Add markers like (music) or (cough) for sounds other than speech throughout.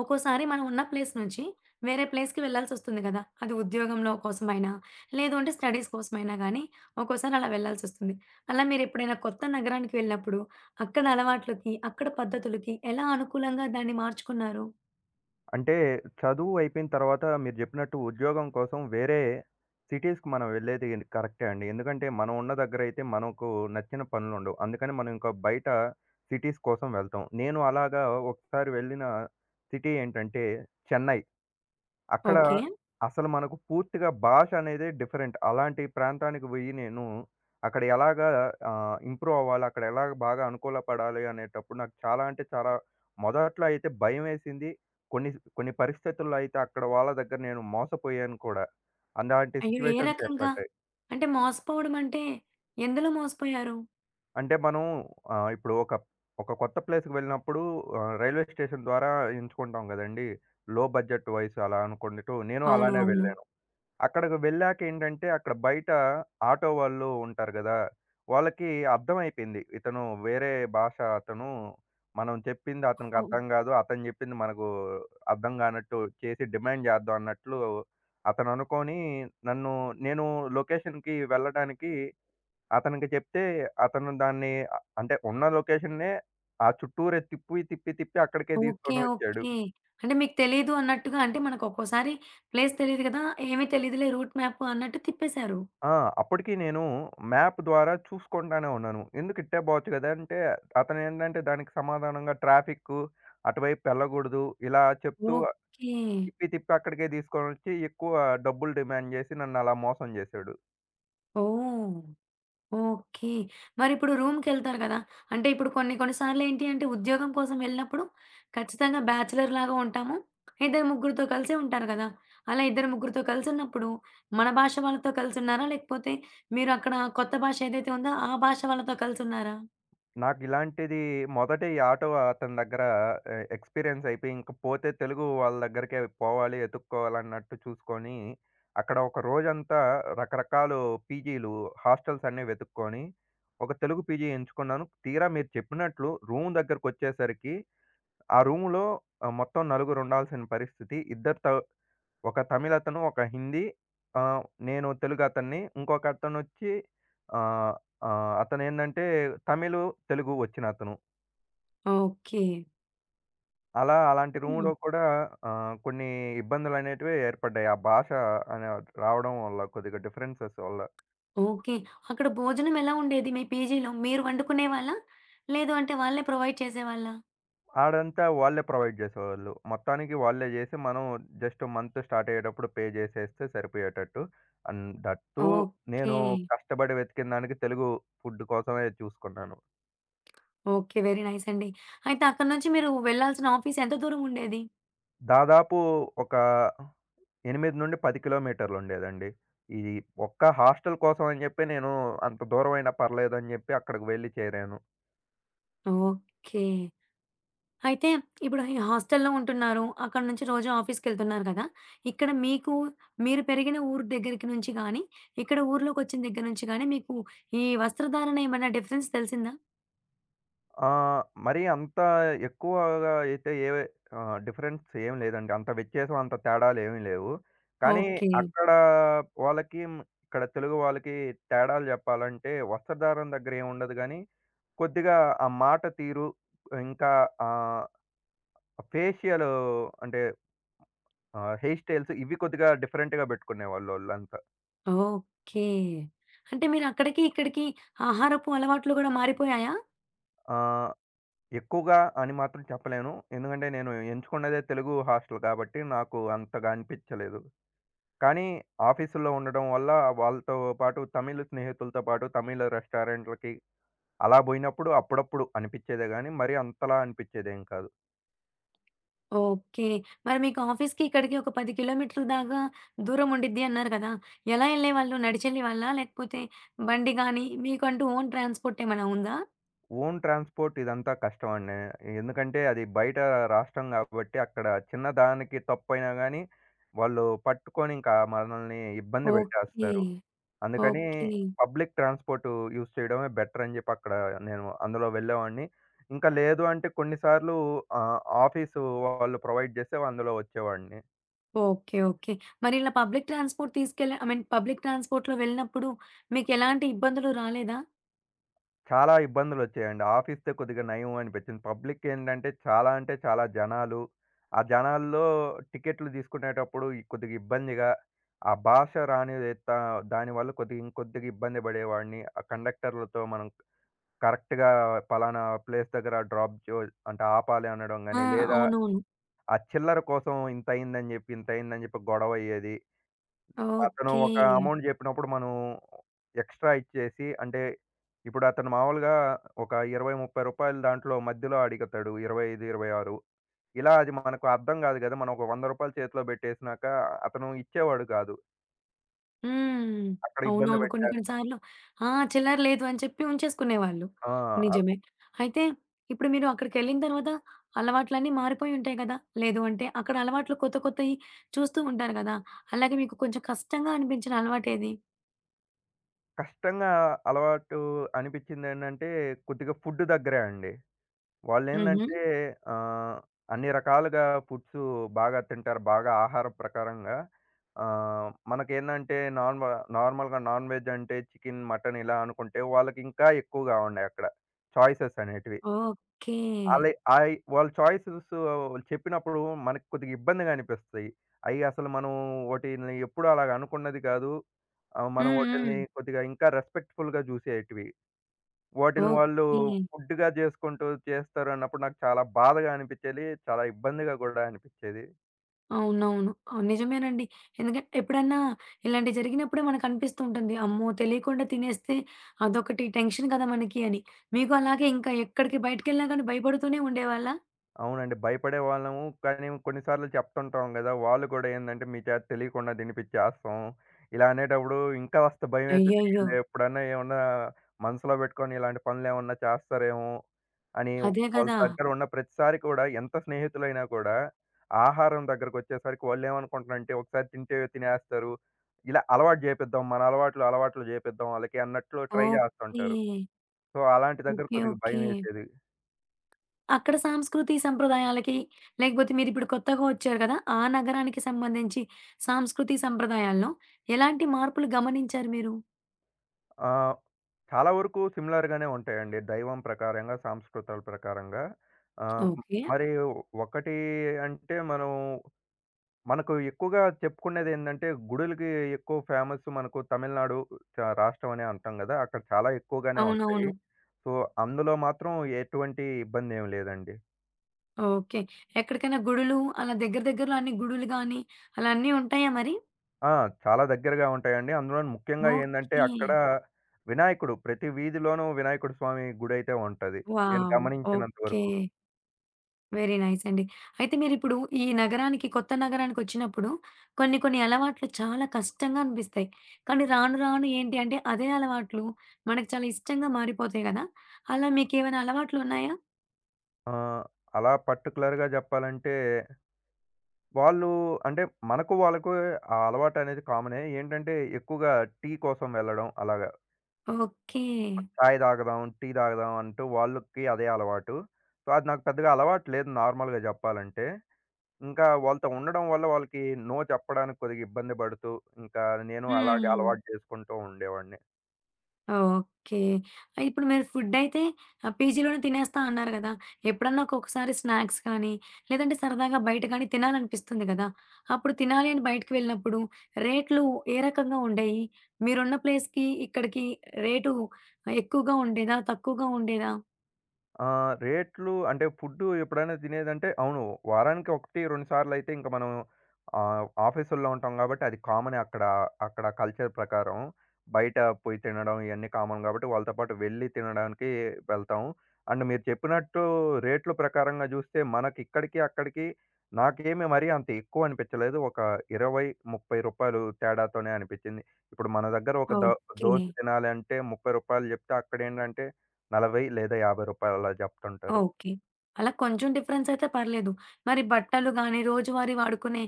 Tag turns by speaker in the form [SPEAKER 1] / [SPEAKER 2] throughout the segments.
[SPEAKER 1] ఒక్కోసారి మనం ఉన్న ప్లేస్ నుంచి వేరే ప్లేస్‌కి వెళ్ళాల్సొస్తుంది గదా! అది ఉద్యోగంలో కోసమైనా, లేదు అంటే స్టడీస్ కోసమైనా గానీ, ఒక్కోసారి అలా వెళ్ళాల్సొస్తుంది. అలా మీరెప్పుడైనా కొత్త నగరానికి వెళ్ళినప్పుడు, అక్కడ అలవాట్లకి, అక్కడ పద్ధతులకి ఎలా అనుకూలంగా దాన్ని మార్చుకున్నారు?
[SPEAKER 2] అంటే చదువు అయిపోయిన తర్వాత మీరు జెప్పినట్టు ఉద్యోగం కోసం వేరే సిటీస్‌కి మనం వెళ్ళేది కరెక్టే అండి. ఎందుకంటే మనం ఉన్న దగ్గరయితే మనకు నచ్చిన పనులుండవు. అందుకని మనం ఇంకా బయట సిటీస్ కోసం వెళ్తాం. నేను అలాగా ఒకసారి వెళ్ళిన సిటీ ఏంటంటే చెన్నై. అక్కడ
[SPEAKER 1] ఓకే.
[SPEAKER 2] అసలు మనకు పూర్తిగా భాష అనేదే డిఫరెంట్. అలాంటి ప్రాంతానికి పోయి నేను అక్కడ ఎలాగా ఇంప్రూవ్ అవ్వాలి? అక్కడ ఎలాగా బాగా అనుకూలపడాలి? అనేటప్పుడు నాకు చాలా అంటే చాలా మొదట్లో అయితే భయమేసింది. కొన్ని కొన్ని పరిస్థితుల్లో అయితే అక్కడ వాళ్ళ దగ్గర నేను మోసపోయాను కూడా. అలాంటి
[SPEAKER 1] అయ్యో! ఏ
[SPEAKER 2] సిట్యుయేషన్స్
[SPEAKER 1] రకంగా?
[SPEAKER 2] ఏర్పడ్డాయి.
[SPEAKER 1] అంటే మోసపోవడం అంటే ఎందులో మోసపోయారు?
[SPEAKER 2] అంటే మనం ఇప్పుడు ఒక ఒక కొత్త ప్లేస్‌కి వెళ్ళినప్పుడు రైల్వే స్టేషన్ ద్వారా ఎంచుకుంటాం గదండీ! లో బడ్జెట్ వైస్ అలా అనుకుంటూ నేను
[SPEAKER 1] అవును.
[SPEAKER 2] అలానే
[SPEAKER 1] అవును.
[SPEAKER 2] వెళ్ళాను. అక్కడకి వెళ్ళాక ఏంటంటే, అక్కడ బయట ఆటో వాళ్ళు ఉంటారు గదా! వాళ్ళకి అర్థమైపోయింది. ఇతను వేరే భాష అతను. మనం చెప్పింది అతనికి
[SPEAKER 1] ఓహ్!
[SPEAKER 2] అర్థం గాదు. అతను చెప్పింది మనకు అర్థం గానట్టు చేసి డిమాండ్ చేద్దాం అన్నట్లు అతను అనుకోని నన్ను నేను లొకేషన్‌కి వెళ్ళడానికి అతనికి చెప్తే, అతను దాన్ని అంటే ఉన్న లొకేషన్‌నే ఆ చుట్టూరే తిప్పి, తిప్పి, తిప్పి అక్కడికే
[SPEAKER 1] ఓకే.
[SPEAKER 2] తీసుకొనొచ్చాడు.
[SPEAKER 1] ఓకే. అంటే మీకు తెలీదు అన్నట్టుగా అంటే మనకు ఒక్కోసారి ప్లేస్ తెలీదు గదా! ఏమీ తెలీదులే రూట్ మ్యాప్ అన్నట్టు తిప్పేశారు.
[SPEAKER 2] ఆ! అప్పటికి నేను మ్యాప్ ద్వారా చూసుకుంటానే ఉన్నాను. ఎందుకు ఇట్టే పోవచ్చు కదా! అంటే అతనేంటంటే దానికి సమాధానంగా ట్రాఫిక్కు అటువైపు వెళ్ళకూడదు. ఇలా చెప్తూ.
[SPEAKER 1] ఓకే.
[SPEAKER 2] తిప్పి తిప్పి అక్కడికే తీసుకొనొచ్చి ఎక్కువ డబ్బులు డిమాండ్ చేసి నన్ను అలా మోసం చేశాడు.
[SPEAKER 1] ఓహ్! ఓకే. మరిప్పుడు రూమ్‌కెళ్తారు కదా! అంటే ఇప్పుడు కొన్ని కొన్ని సార్లేంటి అంటే ఉద్యోగం కోసం వెళ్ళినప్పుడు ఖచ్చితంగా బ్యాచిలర్‌లాగా ఉంటాము. ఇద్దరు ముగ్గురితో కలిసే ఉంటారు కదా! అలా ఇద్దరు ముగ్గురితో కలిసున్నప్పుడు మన భాష వాళ్ళతో కలిసున్నారా? లేకపోతే మీరక్కడ కొత్త భాష ఏదైతే ఉందో ఆ భాష వాళ్ళతో కలిసున్నారా?
[SPEAKER 2] నాకు ఇలాంటిది మొదట ఈ ఆటో అతని దగ్గర ఎక్స్‌పీరియన్స్ అయిపోయి ఇంక పోతే తెలుగు వాళ్ళ దగ్గరికే పోవాలి, ఎతుక్కోవాలన్నట్టు చూసుకొని, అక్కడ ఒక రోజంతా రకరకాలు పీజీలు, హాస్టల్స్ అన్నీ వెతుక్కొని, ఒక తెలుగు పీజీ ఎంచుకున్నాను. తీరా మీరు చెప్పినట్లు రూమ్ దగ్గరకొచ్చేసరికి, ఆ రూమ్‌లో మొత్తం నలుగురు ఉండాల్సిన పరిస్థితి. ఇద్దరు త ఒక తమిళతను, ఒక హిందీ, ఆహ్, నేను తెలుగతన్ని. ఇంకొకతనొచ్చి ఆహ్, ఆహ్, అతనేందంటే తమిళు, తెలుగు వచ్చినతను.
[SPEAKER 1] ఓకే.
[SPEAKER 2] అలా అలాంటి
[SPEAKER 1] హ్మ్.
[SPEAKER 2] రూమ్‌లో కూడా కొన్ని ఇబ్బందులనేటివి ఏర్పడ్డాయి. ఆ భాష అనే రావడం వల్ల కొద్దిగా డిఫరెన్సెస్ వల్ల.
[SPEAKER 1] ఓకే. అక్కడ భోజనం ఎలా ఉండేది మీ పీజీలో? మీరు వండుకునేవాళ్ళా? లేదు అంటే వాళ్ళే ప్రొవైడ్ చేసేవాళ్ళా?
[SPEAKER 2] ఆడంతా వాళ్ళే ప్రొవైడ్ జేసేవాళ్ళు. మొత్తానికి వాళ్ళే జేసి మనం జస్ట్ మంత్ స్టార్ట్ అయ్యేటప్పుడు పే జేసేస్తే సరిపోయేటట్టు. And that too
[SPEAKER 1] okay.
[SPEAKER 2] నేను కష్టపడి వెతికిన దానికి తెలుగు ఫుడ్ కోసమే చూసుకున్నాను.
[SPEAKER 1] ఓకే. వెరీ నైస్ అండి. అయితే అక్కడి నుంచి మీరు వెళ్ళాల్సిన ఆఫీస్ ఎంత దూరం ఉండేది?
[SPEAKER 2] దాదాపు ఒక 8-10 కిలోమీటర్లుండేదండి. ఇది ఒక్క హాస్టల్ కోసం అని చెప్పి నేను అంత దూరమైనా పర్లేదని చెప్పి అక్కడికి వెళ్లి చేరాను.
[SPEAKER 1] ఓకే. అయితే ఇప్పుడు ఈ హాస్టల్‌లో ఉంటున్నారు. అక్కడి నుంచి రోజు ఆఫీస్‌కెళ్తున్నారు కదా! ఇక్కడ మీకు మీరు పెరిగిన ఊరు దగ్గరికి నుంచి గాని, ఇక్కడ ఊర్లోకొచ్చిన దగ్గర నుంచి గాని మీకు ఈ వస్త్రధారణ ఏమన్నా డిఫరెన్స్ తెలిసిందా?
[SPEAKER 2] మరీ అంత ఎక్కువగా అయితే ఏ డిఫరెన్స్ ఏం లేదండి. అంత వ్యత్యాసం, అంత తేడాలేమి లేవు. కానీ
[SPEAKER 1] ఓకే.
[SPEAKER 2] అక్కడ వాళ్ళకి, ఇక్కడ తెలుగు వాళ్ళకి తేడాలు చెప్పాలంటే వస్త్రధారణ దగ్గర ఏముండదు గానీ, కొద్దిగా ఆ మాట తీరు, ఇంకా ఆహ్, ఫేషియల్ అంటే హెయిర్ స్టైల్స్ ఇవి కొద్దిగా డిఫరెంట్‌గా బెట్టుకునేవాళ్ళు ఓళ్ళంతా.
[SPEAKER 1] ఓకే. అంటే మీరు అక్కడికి, ఇక్కడికి ఆహారపు అలవాట్లు గూడా మారిపోయాయా?
[SPEAKER 2] ఆహ్, ఎక్కువగా అని మాత్రం చెప్పలేను. ఎందుకంటే నేను ఎంచుకున్నదే తెలుగు హాస్టల్ కాబట్టి నాకు అంతగా అనిపిచ్చలేదు. కానీ ఆఫీసుల్లో ఉండడం వల్ల వాళ్ళతో పాటు తమిళ్ స్నేహితులతో పాటు తమిళ్ రెస్టారెంట్‌లకి అలా బోయినప్పుడు అప్పుడప్పుడు అనిపిచ్చేదే గానీ మరీ అంతలా అనిపిచ్చేదేం కాదు.
[SPEAKER 1] ఓకే. మరి మీకు ఆఫీస్‌కి, ఇక్కడికి ఒక 10 కిలోమీటర్ల దాకా దూరం ఉండిద్ది అన్నారు కదా! ఎలా ఎళ్ళేవాళ్ళు? నడిచెళ్ళేవాళ్ళా? లేకపోతే బండి గానీ, మీకంటూ ఓన్ ట్రాన్స్‌పోర్ట్ ఏమైనా ఉందా?
[SPEAKER 2] ఓన్ ట్రాన్స్‌పోర్ట్ ఇదంతా కష్టం అండి. ఎందుకంటే అది బయట రాష్ట్రం గాబట్టి అక్కడ చిన్న దానికి తప్పైనా గానీ, వాళ్ళు పట్టుకొని ఇంకా మనల్ని ఇబ్బంది
[SPEAKER 1] ఓకే.
[SPEAKER 2] బెట్టేస్తారు. అందుకని
[SPEAKER 1] ఓకే.
[SPEAKER 2] పబ్లిక్ ట్రాన్స్‌పోర్ట్ యూజ్ చేయడమే బెటర్ అని జెప్పి అక్కడ నేను అందులో వెళ్ళేవాడిని. ఇంకా లేదు అంటే కొన్ని సార్లు ఆహ్, ఆఫీసు వాళ్ళు ప్రొవైడ్ జేస్తే అందులో వచ్చేవాడిని.
[SPEAKER 1] ఓకే. ఓకే. మరి ఇలా పబ్లిక్ ట్రాన్స్‌పోర్ట్ తీసుకెళ్ళి ఐ మీన్ పబ్లిక్ ట్రాన్స్‌పోర్ట్‌లో వెళ్ళినప్పుడు మీకెలాంటి ఇబ్బందులు రాలేదా?
[SPEAKER 2] చాలా ఇబ్బందులొచ్చాయండి. ఆఫీస్‌దే కొద్దిగా నయం అనిపించింది. పబ్లిక్ ఏంటంటే చాలా అంటే చాలా జనాలు. ఆ జనాల్లో టికెట్లు తీసుకునేటప్పుడు ఈ కొద్దిగా ఇబ్బందిగా ఆ భాష రానిదే త దానివల్ల కొద్దిగా ఇంకొద్దిగా ఇబ్బంది పడేవాడిని. ఆ కండక్టర్లతో మనం కరెక్ట్‌గా పలానా ప్లేస్ దగ్గర డ్రాప్ చో అంటే ఆపాలి అనడం
[SPEAKER 1] ఆ!
[SPEAKER 2] గాని, లేదా
[SPEAKER 1] అవునవును.
[SPEAKER 2] ఆ చిల్లర కోసం ఇంతయిందని చెప్పి, ఇంతయిందని చెప్పి గొడవ అయ్యేది. అతను
[SPEAKER 1] ఓకే.
[SPEAKER 2] ఒక అమౌంట్ జెప్పినప్పుడు మనం ఎక్స్‌ట్రా ఇచ్చేసి అంటే, ఇప్పుడు అతను మామూలుగా ఒక రూ. 20, 30 దాంట్లో మధ్యలో అడుగుతాడు. 25, 26 ఇలా అది మనకు అర్థం గాదు గదా! మనం ఒక రూ. 100 చేతిలో బెట్టేసినాక అతను ఇచ్చేవాడు కాదు.
[SPEAKER 1] హ్మ్.
[SPEAKER 2] అక్కడ ఇబ్బంది
[SPEAKER 1] అవునవును. కొన్ని కొన్ని
[SPEAKER 2] బెట్టేస్తా.
[SPEAKER 1] సార్లు ఆ! చిల్లర లేదు అని చెప్పి ఉంచేసుకునేవాళ్ళు.
[SPEAKER 2] ఆ!
[SPEAKER 1] నిజమే. అయితే ఇప్పుడు మీరు అక్కడికెళ్ళిన తర్వాత అలవాట్లన్నీ మారిపోయి ఉంటాయి కదా! లేదు అంటే అక్కడ అలవాట్లు కొత్త కొత్తయి చూస్తూ ఉంటారు కదా! అలాగే మీకు కొంచెం కష్టంగా అనిపించిన అలవాటేది?
[SPEAKER 2] కష్టంగా అలవాటు అనిపిచ్చిందేంటంటే కొద్దిగా ఫుడ్ దగ్గరే అండి.
[SPEAKER 1] హుహు.
[SPEAKER 2] వాళ్ళేందంటే ఆహ్, అన్ని రకాలుగా ఫుడ్సు బాగా తింటారు. బాగా ఆహార ప్రకారంగా మనకేందంటే నార్మల్‌గా నాన్ వెజ్ అంటే చికెన్, మటన్ ఇలా అనుకుంటే వాళ్ళకింకా ఎక్కువగా ఉండాయి అక్కడ చాయిసెస్ అనేటివి.
[SPEAKER 1] ఓకే.
[SPEAKER 2] ఆళ్ళయి ఆయి వాళ్ళ చాయిసెస్ చెప్పినప్పుడు మనకు కొద్దిగా ఇబ్బందిగా అనిపిస్తాయి. అయి అసలు మనం వాటిని ఎప్పుడు అలాగ అనుకున్నది కాదు. మనం
[SPEAKER 1] హ్మ్. హ్మ్.
[SPEAKER 2] వాటిల్ని కొద్దిగా ఇంకా రెస్పెక్ట్‌ఫుల్‌గా జూసేటివి. వాటిల్ని వాళ్ళు
[SPEAKER 1] ఓకే.
[SPEAKER 2] ఫుడ్‌గా జేసుకుంటూ చేస్తారన్నప్పుడు నాకు చాలా బాధగా అనిపిచ్చేది. చాలా ఇబ్బందిగా గూడా అనిపిచ్చేది.
[SPEAKER 1] అవునవును. అవును. నిజమేనండి. ఎందుకంటే ఎప్పుడన్నా ఇలాంటివి జరిగినప్పుడే మనకనిపిస్తూ ఉంటుంది. అమ్మో! తెలియకుండా తినేస్తే అదొకటి టెన్షన్ కదా మనకి అని. మీకు అలాగే ఇంకా ఎక్కడికి బయటికెళ్ళినా గాని భయపడుతూనే ఉండేవాళ్ళా?
[SPEAKER 2] అవునండి. భయపడేవాళ్ళము. కానీ కొన్నిసార్లు చెప్తుంటాం గదా! వాళ్ళు కూడా ఏందంటే, మీ చేత తెలియకుండా తినిపిచ్చేస్తాం. ఇలా అనేటప్పుడు ఇంకా కాస్త భయమేస్తది. వీళ్ళు
[SPEAKER 1] అయ్యయ్యో!
[SPEAKER 2] (laughs) ఎప్పుడన్నా ఏమన్నా మనసులో పెట్టుకొని ఇలాంటి పనులేమన్నా చేస్తారేమో అని
[SPEAKER 1] అదే
[SPEAKER 2] వాళ్ళ
[SPEAKER 1] కదా!
[SPEAKER 2] దగ్గర ఉన్న ప్రతిసారి కూడా ఎంత స్నేహితులైనా కూడా ఆహారం దగ్గరకొచ్చేసరికి వాళ్ళేమనుకుంటున్నారంటే, ఒకసారి తింటే తినేస్తారు. ఇలా అలవాటు జేపిద్దాం. మన అలవాట్లు జేపిద్దాం ఆళ్ళకి అన్నట్లు ట్రై
[SPEAKER 1] ఓకే.
[SPEAKER 2] జేస్తుంటారు. సో, అలాంటి దగ్గర
[SPEAKER 1] ఓకే.
[SPEAKER 2] కొద్దిగా
[SPEAKER 1] ఓకే.
[SPEAKER 2] భయమేసేది.
[SPEAKER 1] అక్కడ సాంస్కృతి సంప్రదాయాలకి లేకపోతే మీరిప్పుడు కొత్తగా వచ్చారు కదా! ఆ నగరానికి సంబంధించి సాంస్కృతి సంప్రదాయాల్లో ఎలాంటి మార్పులు గమనించారు మీరు?
[SPEAKER 2] ఆహ్, చాలా వరకు సిమిలర్‌గానే ఉంటాయండి. దైవం ప్రకారంగా, సాంస్కృతాల ప్రకారంగా. ఆహ్, హ్మ్.
[SPEAKER 1] ఓకే.
[SPEAKER 2] మరి ఒకటి అంటే మనం మనకు ఎక్కువగా చెప్పుకునేదేందంటే, గుడులకి ఎక్కువ ఫేమస్ మనకు తమిళనాడు రాష్ట్రం అనే అంటాం గదా! అక్కడ చాలా ఎక్కువగానే ఉంటాయి.
[SPEAKER 1] అవునవును.
[SPEAKER 2] సో, అందులో మాత్రం ఎటువంటి ఇబ్బందేమి లేదండి.
[SPEAKER 1] ఓకే. ఎక్కడికైనా గుడులు అలా దగ్గర దగ్గరలో అన్ని గుడులు గాని, అలా అన్నీ ఉంటాయా మరి?
[SPEAKER 2] ఆ! చాలా దగ్గరగా ఉంటాయండి. అందులోను ముఖ్యంగా ఏందంటే,
[SPEAKER 1] ఓకే.
[SPEAKER 2] అక్కడ వినాయకుడు ప్రతి వీధిలోనూ వినాయకుడు స్వామి గుడైతే ఉంటది. నేను
[SPEAKER 1] వావ్!
[SPEAKER 2] గమనించినంత
[SPEAKER 1] ఓకే.
[SPEAKER 2] వరకు.
[SPEAKER 1] వెరీ నైస్ అండి. అయితే మీరిప్పుడు ఈ నగరానికి, కొత్త నగరానికొచ్చినప్పుడు కొన్ని కొన్ని అలవాట్లు చాలా కష్టంగా అనిపిస్తాయి. కానీ రాను రాను ఏంటి అంటే అదే అలవాట్లు మనకు చాలా ఇష్టంగా మారిపోతాయి గదా! అలా మీకేమైనా అలవాట్లున్నాయా?
[SPEAKER 2] ఆ! అలా పర్టిక్యులర్‌గా జెప్పాలంటే, వాళ్ళు అంటే మనకు వాళ్ళకు ఆ అలవాటనేది కామనే. ఏంటంటే ఎక్కువగా టీ కోసం వెళ్ళడం అలాగా.
[SPEAKER 1] ఓకే.
[SPEAKER 2] చాయ్ తాగుదాం, టీ తాగుదాం అంటూ వాళ్ళకి అదే అలవాటు. సో, అది నాకు పెద్దగా అలవాటు లేదు నార్మల్‌గా జెప్పాలంటే. ఇంకా వాళ్ళతో ఉండడం వల్ల వాళ్ళకి నో చెప్పడానికి కొద్దిగా ఇబ్బంది పడుతూ, ఇంకా నేను అలాగే
[SPEAKER 1] హ్మ్.
[SPEAKER 2] అలవాటు చేసుకుంటూ ఉండేవాడిని.
[SPEAKER 1] ఓకే. ఇప్పుడు మీరు ఫుడ్డయితే పీజీలోనే తినేస్తా అన్నారు గదా! ఎప్పుడన్నా ఒక్కొక్కసారి స్నాక్స్ కానీ, లేదంటే సరదాగా బయట కానీ తినాలనిపిస్తుంది గదా! అప్పుడు తినాలి అని బయటకి వెళ్ళినప్పుడు రేట్లు ఏ రకంగా ఉండేయి? మీరున్న ప్లేస్‌కి, ఇక్కడికి రేటు ఎక్కువగా ఉండేదా? తక్కువగా ఉండేదా?
[SPEAKER 2] ఆ! రేట్లు అంటే ఫుడ్డు ఎప్పుడైనా తినేదంటే అవును. వారానికి 1, 2 సార్లయితే ఇంక మనం ఆఫీసుల్లో ఉంటాం కాబట్టి అది కామనే అక్కడ. అక్కడ కల్చర్ ప్రకారం. బయట పోయి తినడం ఇయన్నీ కామన్ కాబట్టి వాళ్ళతో పాటు వెళ్ళి తినడానికి వెళ్తాం. అండ్ మీరు చెప్పినట్టు రేట్లు ప్రకారంగా జూస్తే మనకిక్కడికి, అక్కడికి నాకేమి మరీ అంత ఎక్కువ అనిపిచ్చలేదు. ఒక రూ. 20, 30 తేడాతోనే అనిపిచ్చింది. ఇప్పుడు మన దగ్గర ఒక
[SPEAKER 1] ఓకే.
[SPEAKER 2] దోస తినాలంటే రూ. 30 చెప్తే అక్కడేంటంటే 40 లేదా రూ. 50 అలా జెప్తుంటారు.
[SPEAKER 1] ఓకే. అలా కొంచెం డిఫరెన్సయితే పర్లేదు. మరి బట్టలు గానీ, రోజువారీ వాడుకునే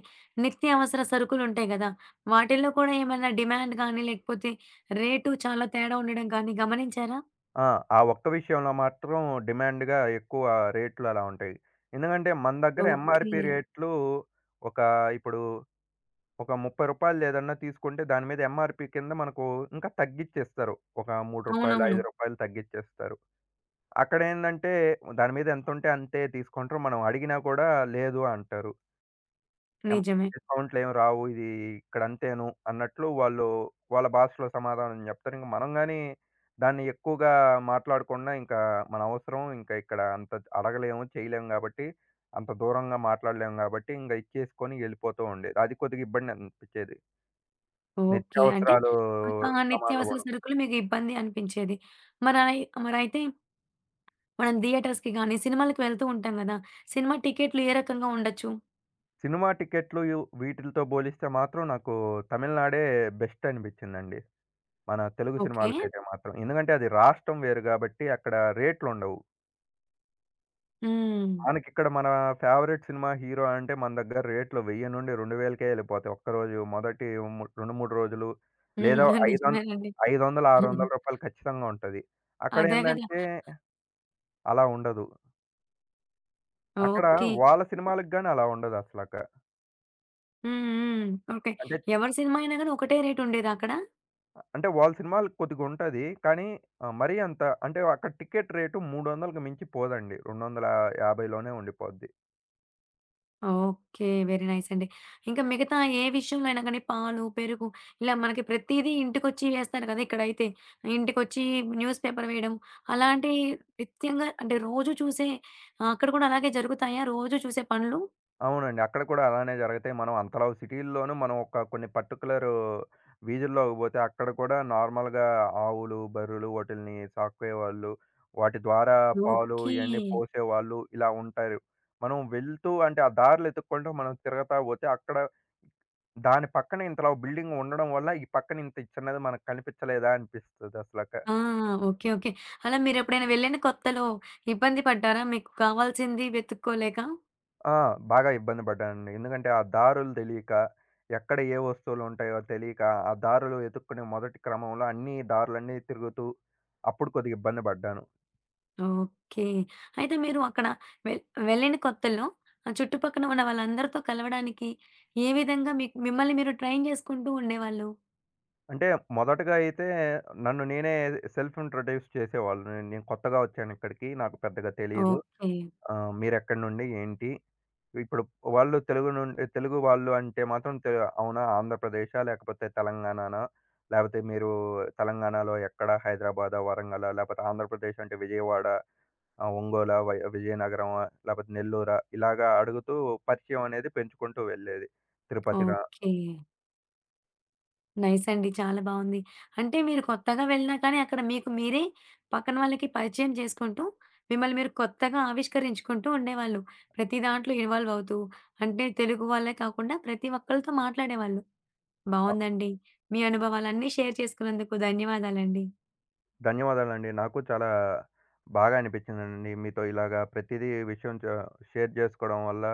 [SPEAKER 1] నిత్యావసర సరుకులుంటాయి గదా! వాటిల్లో కూడా ఏమన్నా డిమాండ్ గానీ, లేకపోతే రేటు చాలా తేడా ఉండడం కానీ గమనించారా?
[SPEAKER 2] ఆ! ఆ ఒక్క విషయంలో మాత్రం డిమాండ్‌గా ఎక్కువ రేట్లు అలా ఉంటాయి. ఎందుకంటే మన దగ్గర
[SPEAKER 1] ఓకే.
[SPEAKER 2] ఎంఆర్‌పీ రేట్లు ఒక ఇప్పుడు ఒక రూ. 30 ఏదన్నా తీసుకుంటే దాని మీద ఎంఆర్‌పీ కింద మనకు ఇంకా తగ్గిచ్చేస్తారు. ఒక రూ. 3, రూ.
[SPEAKER 1] అవునవును.
[SPEAKER 2] 5 తగ్గిచ్చేస్తారు. అక్కడేందంటే దాని మీద ఎంతుంటే అంతే తీసుకుంటారు. మనం అడిగినా కూడా లేదు అంటారు. ఎం
[SPEAKER 1] నిజమే.
[SPEAKER 2] డిస్కౌంట్లు ఏమి రావు. ఇది ఇక్కడంతేను అన్నట్లు వాళ్ళు వాళ్ళ భాషలో సమాధానం జెప్తారు. ఇంక మనం గాని దాన్ని ఎక్కువగా మాట్లాడకుండా ఇంకా మన అవసరం ఇంకా ఇక్కడ అంత అడగలేము, చేయలేము గాబట్టి, అంత దూరంగా మాట్లాడలేము గాబట్టి, ఇంగ ఇచ్చేసుకొని ఎళ్ళిపోతూ ఉండేది. అది కొద్దిగా ఇబ్బంది అనిపిచ్చేది.
[SPEAKER 1] ఓకే. అంటే
[SPEAKER 2] నిత్యావసరాలు
[SPEAKER 1] ఆ!
[SPEAKER 2] సామాన్లు
[SPEAKER 1] నిత్యావసర
[SPEAKER 2] గొను
[SPEAKER 1] సరుకులు మీకు ఇబ్బంది అనిపించేది. మరయి మరయితే మనం థియేటర్స్‌కి గానీ, సినిమాలకి వెళ్తూ ఉంటాం గదా! సినిమా టికెట్లు ఏ రకంగా ఉండొచ్చు?
[SPEAKER 2] సినిమా టికెట్లు యు వీటిలతో బోలిస్తే మాత్రం నాకు తమిళనాడే బెస్ట్ అనిపిచ్చిందండి. మన తెలుగు
[SPEAKER 1] ఓకే.
[SPEAKER 2] సినిమాలకైతే మాత్రం. ఎందుకంటే అది రాష్ట్రం వేరు గాబట్టి అక్కడ రేట్లుండవు.
[SPEAKER 1] హ్మ్.
[SPEAKER 2] మనకిక్కడ మన ఫేవరెట్ సినిమా హీరో అంటే మన దగ్గర రేట్లు 1000 నుండి 2000కే ఎళ్ళిపోతాయి. ఒక్కరోజు మొదటి 2, 3 రోజులు లేదా
[SPEAKER 1] హ్మ్.
[SPEAKER 2] ఐదొం రూ.
[SPEAKER 1] నిజమేనండి.
[SPEAKER 2] 500, 600 ఖచ్చితంగా ఉంటది.
[SPEAKER 1] అదే గదా!
[SPEAKER 2] అక్కడేందంటే అలా ఉండదు. అక్కడ
[SPEAKER 1] ఓకే.
[SPEAKER 2] వాళ్ళ సినిమాలకు గాని అలా ఉండదసలక.
[SPEAKER 1] హ్మ్. హ్మ్. ఓకే.
[SPEAKER 2] అంటే
[SPEAKER 1] ఎవరి సినిమా అయినా గాని ఒకటే రేట్ ఉండేదా అక్కడ?
[SPEAKER 2] అంటే వాళ్ళ సినిమాలు కొద్దిగుంటది. కానీ మరీ అంత అంటే అక్కడ టికెట్ రేటు 300కి మించి పోదండి. 250లోనే ఉండిపోద్ది.
[SPEAKER 1] ఓకే. వెరీ నైస్ అండి. ఇంకా మిగతా ఏ విషయంలో అయినా గాని పాలు, పెరుగు ఇలా మనకి ప్రతీదీ ఇంటికొచ్చి వేస్తారు కదా! ఇక్కడైతే. ఇంటికొచ్చి న్యూస్ పేపర్ వేయడం అలాంటి నిత్యంగా అంటే రోజు చూసే అక్కడ కూడా అలాగే జరుగుతాయా? రోజు చూసే పనులు?
[SPEAKER 2] అవునండి. అక్కడ కూడా అలానే జరుగుతాయి. మనం అంతలా సిటీల్లోనూ మనం ఒక కొన్ని పర్టిక్యులర్ వీధుల్లోకి పోతే అక్కడ కూడా నార్మల్‌గా ఆవులు, బర్రెలు వాటిల్ని సాకేవాళ్ళు, వాటి ద్వారా పాలు
[SPEAKER 1] ఓకే.
[SPEAKER 2] ఇయన్నీ పోసేవాళ్ళు ఇలా ఉంటారు. మనం వెళ్తూ అంటే ఆ దారులు ఎతుక్కుంటూ మనం తిరగతా పోతే అక్కడ దాని పక్కన ఇంతలా బిల్డింగ్ ఉండడం వల్ల ఈ పక్కన ఇంత చిన్నది మనకు కనిపించలేదా అనిపిస్తదసలక.
[SPEAKER 1] ఆ! ఓకే. ఓకే. అలా మీరెప్పుడైనా వెళ్ళిన కొత్తలో ఇబ్బంది పడ్డారా? మీకు కావాల్సింది వెతుక్కోలేక?
[SPEAKER 2] ఆ! బాగా ఇబ్బంది పడ్డానండి. ఎందుకంటే ఆ దారులు తెలీక, ఎక్కడ ఏ వస్తువులుంటాయో తెలియక, ఆ దారులు వెతుక్కునే మొదటి క్రమంలో అన్నీ దారులన్నీ తిరుగుతూ, అప్పుడు కొద్దిగా ఇబ్బంది పడ్డాను.
[SPEAKER 1] ఓకే. అయితే మీరు అక్కడ వెల్ వెళ్ళిన కొత్తల్లో ఆ చుట్టుపక్కన ఉన్న వాళ్ళందరితో కలవడానికి ఏ విధంగా మీకు మిమ్మల్ని మీరు ట్రైన్ చేసుకుంటూ ఉండేవాళ్ళు?
[SPEAKER 2] అంటే మొదటగా అయితే నన్ను నేనే సెల్ఫ్ ఇంట్రొడ్యూస్ చేసేవాళ్ళు. నేను కొత్తగా వచ్చాను ఇక్కడికి. నాకు పెద్దగా తెలీదు.
[SPEAKER 1] ఓకే.
[SPEAKER 2] ఆ! మీరెక్కడి నుండి? ఏంటి? ఇప్పుడు వాళ్ళు తెలుగు నుండి తెలుగు వాళ్ళు అంటే మాత్రం అవునా ఆంధ్రప్రదేశా? లేకపోతే తెలంగాణనా? లేపోతే మీరు తెలంగాణలో ఎక్కడ? హైదరాబాదా? వరంగలా? లేపోతే ఆంధ్రప్రదేశ్ అంటే విజయవాడ, ఒంగోలా? విజయనగరమా? లేపోతే నెల్లూరా? ఇలాగా అడుగుతూ పరిచయం అనేది పెంచుకుంటూ వెళ్ళేది. తిరుపతిరా?
[SPEAKER 1] ఓకే. నైస్ అండి. చాలా బావుంది. అంటే మీరు కొత్తగా వెళ్ళినా కానీ అక్కడ మీకు మీరే పక్కన వాళ్ళకి పరిచయం చేసుకుంటూ, మిమ్మల్ని మీరు కొత్తగా ఆవిష్కరించుకుంటూ ఉండేవాళ్ళు. ప్రతి దాంట్లో ఇన్వాల్వ్ అవుతూ, అంటే తెలుగు వాళ్ళే కాకుండా ప్రతి ఒక్కళ్ళతో మాట్లాడేవాళ్ళు. బావుందండి. మీ అనుభవాలన్నీ షేర్ చేసుకున్నందుకు ధన్యవాదాలండి.
[SPEAKER 2] ధన్యవాదాలండి. నాకు చాలా బాగా అనిపించిందండి. మీతో ఇలాగా ప్రతిదీ విషయం షేర్ చేసుకోవడం వల్ల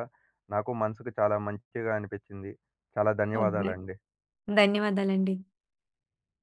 [SPEAKER 2] నాకు మనసుకు చాలా మంచిగా అనిపించింది. చాలా
[SPEAKER 1] అవునా!
[SPEAKER 2] ధన్యవాదాలండి.
[SPEAKER 1] ధన్యవాదాలండి.